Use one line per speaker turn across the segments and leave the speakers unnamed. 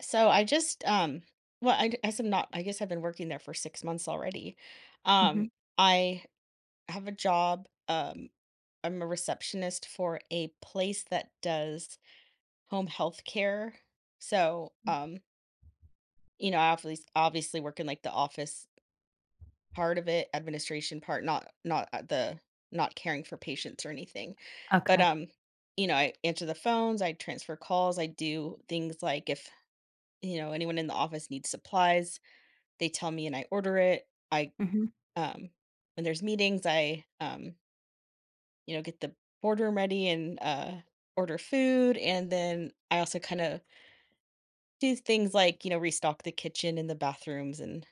So I just, I guess I'm not, I guess I've been working there for 6 months already.
Mhm.
Um, I have a job. I'm a receptionist for a place that does home health care. So,
Mm.
you know, I obviously work in like the office part of it, administration part, not, not the, not caring for patients or anything. But,
Okay.
you know, I answer the phones, I transfer calls, I do things like if, you know, anyone in the office needs supplies, they tell me and I order it. I
Mhm.
um when there's meetings, I you know, get the boardroom ready and order food, and then I also kind of do things like, you know, restock the kitchen and the bathrooms and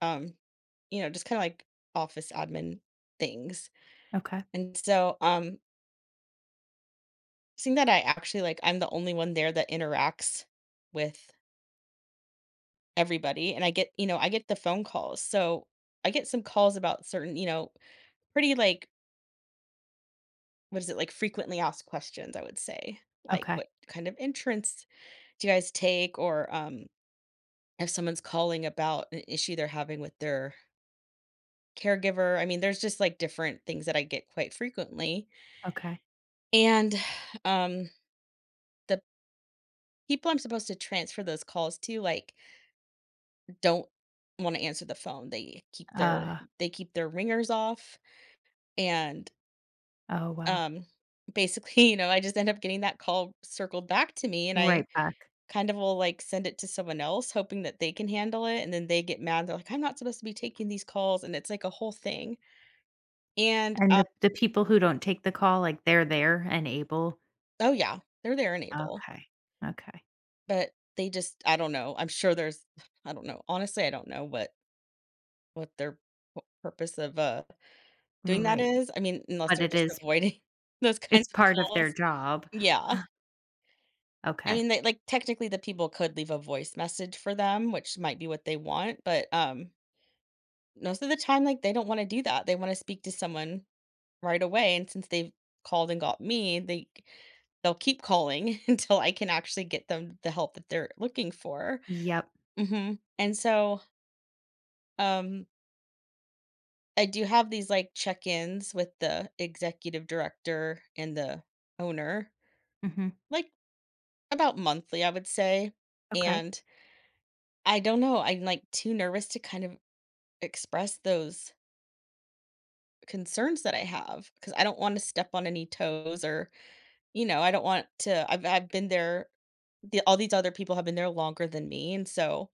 um, you know, just kind of like office admin things.
Okay.
And so seeing that, I actually like I'm the only one there that interacts with everybody, and I get, you know, I get the phone calls. So I get some calls about certain, you know, pretty like what is it, like, frequently asked questions, I would say, like,
Okay.
what kind of entrance do you guys take? Or, if someone's calling about an issue they're having with their caregiver, I mean, there's just, like, different things that I get quite frequently,
Okay.
and, um, the people I'm supposed to transfer those calls to, like, don't wanna answer the phone.
Uh,
They keep their ringers off, and,
oh, wow.
um, basically, you know, I just end up getting that call circled back to me, and I
Right back.
kind of will, like, send it to someone else hoping that they can handle it, and then they get mad, they're like, "I'm not supposed to be taking these calls," and it's, like, a whole thing, and,
And the people who don't take the call, like, they're there and able?
oh, yeah, they're there and able,
Okay. Okay.
but they just I don't know, I'm sure there's I don't know, honestly, I don't know what their p purpose of, doing that
Right.
is, I mean, unless
But
they're
it
just
is
avoiding those
It's
kinds of
part of their
calls.
job.
Yeah, I
Okay.
mean, they like, technically, the people could leave a voice message for them, which might be what they want, but, most of the time, like, they don't wanna do that, they wanna speak to someone right away, and since they've called and got me, they'll keep calling until I can actually get them the help that they're looking for.
Yep.
Mhm. And so, um, I do have these, like, check-ins with the executive director and the owner,
Mhm.
like, about monthly, I would say,
Okay.
and I don't know, I'm, like, too nervous to kind of express those concerns that I have because I don't wanna step on any toes or you know, I don't want to I've been there the all these other people have been there longer than me, and so,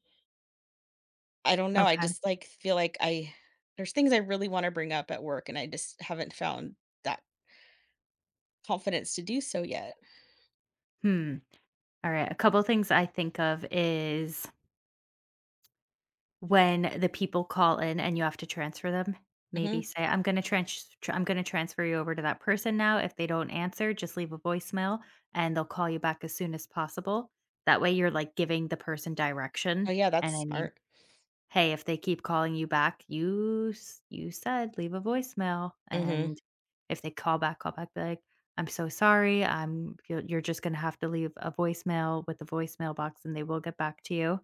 I don't know, I
Okay.
just, like, feel like I there's things I really wanna bring up at work, and I just haven't found that confidence to do so yet.
Hmm. Alright, a couple things I think of is, when the people call in and you have to transfer them, maybe
Mhm.
say, "I'm gonna trans tr I'm gonna transfer you over to that person now. If they don't answer, just leave a voicemail, and they'll call you back as soon as possible." That way, you're, like, giving the person
Oh,
direction,
yeah, that's
and I mean,
smart.
hey, if they keep calling you back, "You s you said leave a voicemail,"
Mhm,
and if they call back, be like, "I'm so sorry, I'm you're just gonna have to leave a voicemail with the voicemail box, and they will get back to you."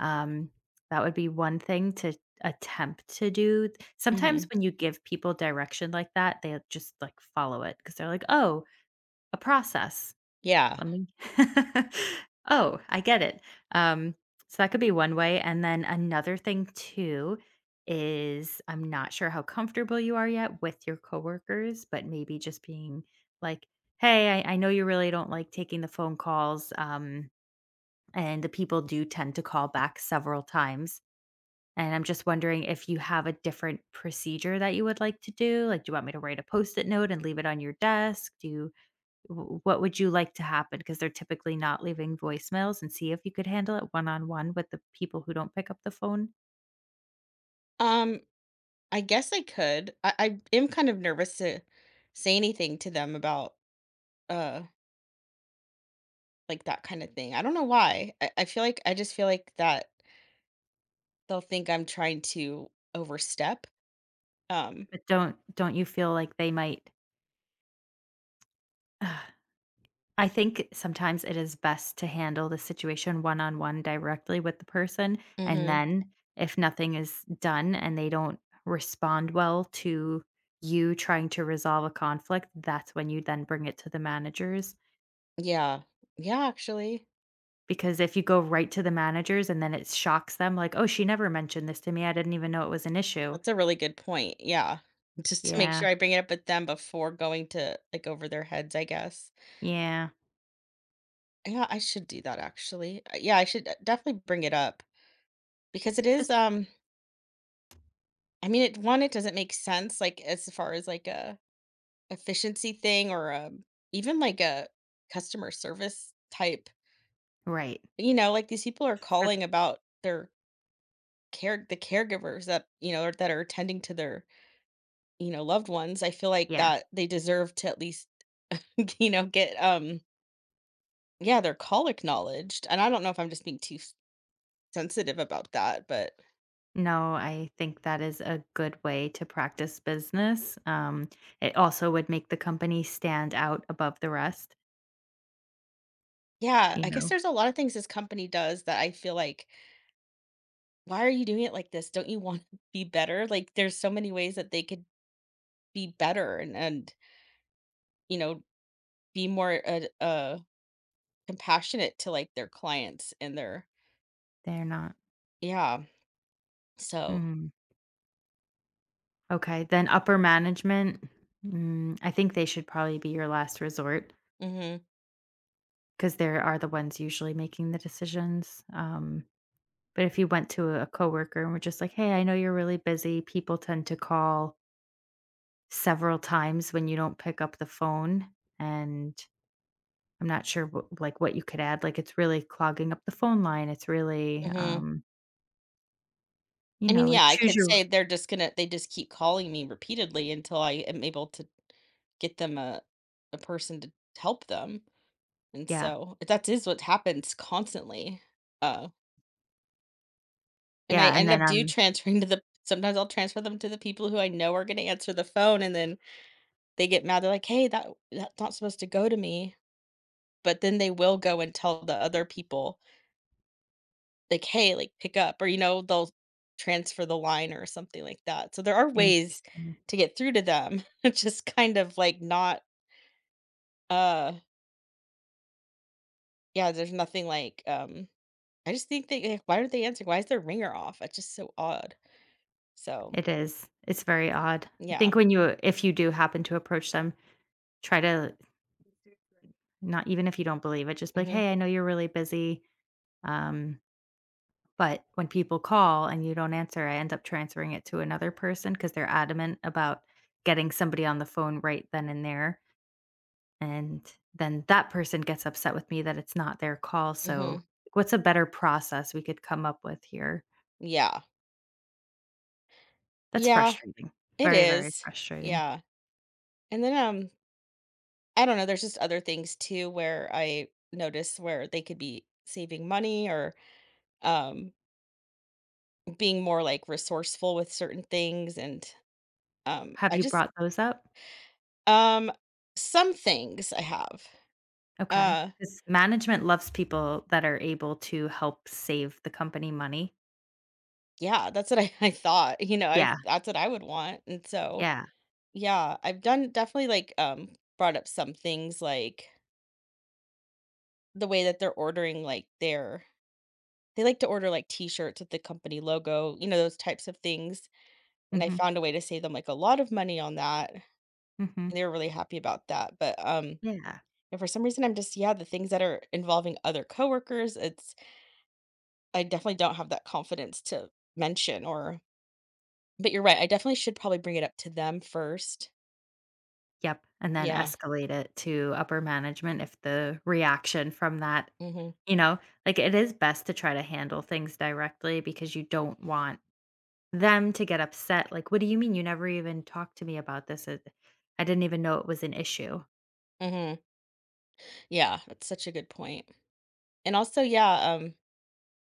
Um, that would be one thing to attempt to do. Sometimes
mhm.
when you give people direction like that, they just, like, follow it because 'cause they're like, "Oh, a process.
Yeah.
Let me oh, I get it." Um, so that could be one way, and then another thing too is, I'm not sure how comfortable you are yet with your coworkers, but maybe just being like, "Hey, I know you really don't like taking the phone calls, and the people do tend to call back several times. And I'm just wondering if you have a different procedure that you would like to do. Like, do you want me to write a post-it note and leave it on your desk? Do you, what would you like to happen? Because they're typically not leaving voicemails." And see if you could handle it one-on-one with the people who don't pick up the phone.
Um, I guess I could. I am kind of nervous to say anything to them about, uh, like, that kinda thing. I don't know why. I feel like I just feel like that they'll think I'm trying to overstep. Um
But don't you feel like they might? I think sometimes it is best to handle the situation one on one directly with the person. And
Mhm.
then if nothing is done and they don't respond well to you trying to resolve a conflict, that's when you then bring it to the managers.
Yeah. Yeah, actually.
Because if you go right to the managers and then it shocks them, like, oh, she never mentioned this to me. I didn't even know it was an issue.
That's a really good point. Yeah. Just to make
Yeah.
sure I bring it up with them before going to like over their heads, I guess.
Yeah.
Yeah, I should do that actually. Yeah, I should definitely bring it up because it is
Just
I mean it one, it doesn't make sense like as far as like a efficiency thing or even like a customer service type.
right.
You know, like these people are
For the,
calling about their care the caregivers that, you know, that are attending to their you know, loved ones, I feel like
yeah.
that they deserve to at least, you know, get, yeah, their call acknowledged, and I don't know if I'm just being too s sensitive about that, but
No, I think that is a good way to practice business. It also would make the company stand out above the rest.
yeah,
You
I guess
know,
there's a lot of things this company does that I feel like, "Why are you doing it like this? Don't you wanna be better?" Like, there's so many ways that they could be better and you know, be more, compassionate to, like, their clients and their
they're not.
yeah, so
Mm. Okay, then upper management. Mm, I think they should probably be your last resort
mhm,
because they are the ones usually making the decisions. But if you went to a coworker and were just like, "Hey, I know you're really busy. People tend to call several times when you don't pick up the phone, and I'm not sure wh like, what you could add, like, it's really clogging up the phone line, it's really,
mhm.
you
I
know,
mean, yeah,
like,
I
choose
could say
your"
they're just gonna they just keep calling me repeatedly until I am able to get them a person to help them, and
yeah,
so that is what happens constantly, uh, and I
yeah, and
ended
then,
up do
um
transferring to the sometimes I'll transfer them to the people who I know are gonna answer the phone, and then they get mad, they're like, "Hey, that's not supposed to go to me," but then they will go and tell the other people like, "Hey, like, pick up," or, you know, they'll transfer the line or something like that. So there are ways
interesting.
to get through to them. It's just kind of like not, uh, yeah, there's nothing like, I just think they why aren't they answering? Why is their ringer off? It's just so odd. So,
It is, it's very odd. I
yeah.
think when you, if you do happen to approach them, try to not, even if you don't believe it, just be like,
Mhm.
"Hey, I know you're really busy, um, but when people call and you don't answer, I end up transferring it to another person because 'cause they're adamant about getting somebody on the phone right then and there." And then that person gets upset with me that it's not their call, so
Mhm.
what's a better process we could come up with here?
Yeah.
That's
Yeah,
frustrating.
it
Very, very
is.
frustrating.
Yeah. And then, I don't know, there's just other things too where I notice where they could be saving money or, um being more like resourceful with certain things and
Have
I
you
just
brought those up?
um some things I have.
Okay.
Uh
Because management loves people that are able to help save the company money.
yeah, that's what I thought. You know, I
Yeah,
that's what I would want. And so
yeah.
yeah, I've done definitely brought up some things like the way that they're ordering like their they like to order like t-shirts with the company logo, you know, those types of things. And I
Mhm,
found a way to save them like a lot of money on that. And
mhm.
they were really happy about that. But
Yeah.
And for some reason, I'm just yeah, the things that are involving other coworkers, it's I definitely don't have that confidence to mention or but you're right, I definitely should probably bring it up to them first.
Yep, and then
Yeah.
escalate it to upper management if the reaction from that,
Mhm.
you know, like, it is best to try to handle things directly because you don't want them to get upset, like, "What do you mean you never even talked to me about this? I didn't even know it was an issue."
Mhm. Yeah, that's such a good point. And also, yeah,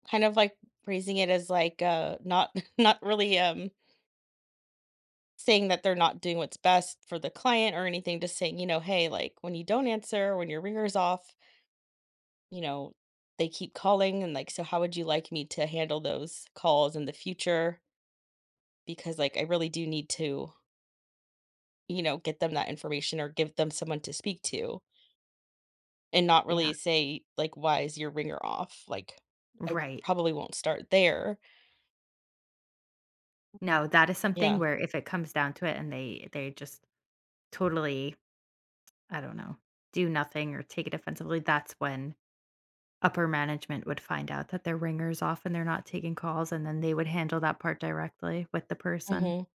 kind of like raising it as like not not really saying that they're not doing what's best for the client or anything, just saying, you know, hey, like when you don't answer, when your ringer's off, you know, they keep calling and like, so how would you like me to handle those calls in the future? Because like I really do need to, you know, get them that information or give them someone to speak to and not
Yeah,
really say like why is your ringer off? Like I
right.
probably won't start there.
No, that is something
Yeah.
where if it comes down to it and they just totally, I don't know, do nothing or take it offensively, that's when upper management would find out that their ringer's off and they're not taking calls, and then they would handle that part directly with the person.
Mhm.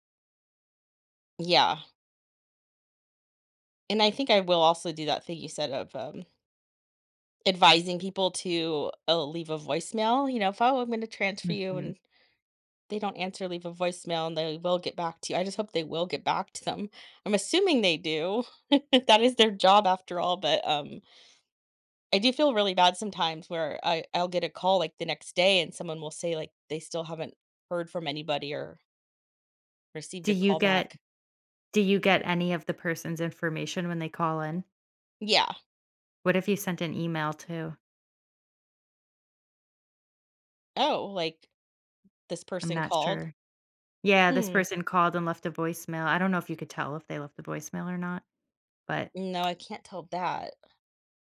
Yeah. And I think I will also do that thing you said of advising people to leave a voicemail, you know, if oh, I'm going to transfer you
Mhm.
and they don't answer, leave a voicemail, and they will get back to you. I just hope they will get back to them. I'm assuming they do. That is their job after all, but, I do feel really bad sometimes where I'll get a call, like, the next day and someone will say, like, they still haven't heard from anybody or received
Do
a
you
call
get
back.
do you get any of the person's information when they call in?
Yeah.
What if you sent an email too?
"Oh," like, "this
I'm
person
not
called?"
sure. Yeah, this
Hmm.
person called and left a voicemail. I don't know if you could tell if they left a voicemail or not, but
No, I can't tell that.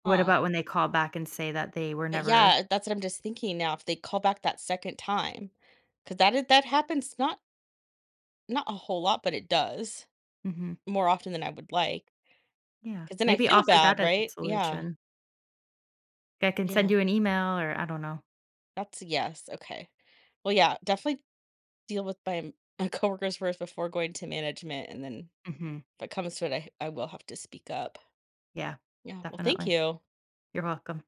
what
Huh.
about when they call back and say that they were
But,
never—
yeah, that's what I'm just thinking now, if they call back that second time, 'cause that happens not a whole lot, but it does.
Mhm,
More often than I would like,
yeah.
because then I
Maybe
feel
offer that
bad,
as a
right? Yeah,
solution. I can send
yeah,
you an email or I don't know.
that's a yes, okay. Well, yeah, definitely deal with my, coworkers first before going to management, and then
Mhm,
if it comes to it, I will have to speak up.
yeah,
Yeah, well, thank
definitely.
you.
You're welcome.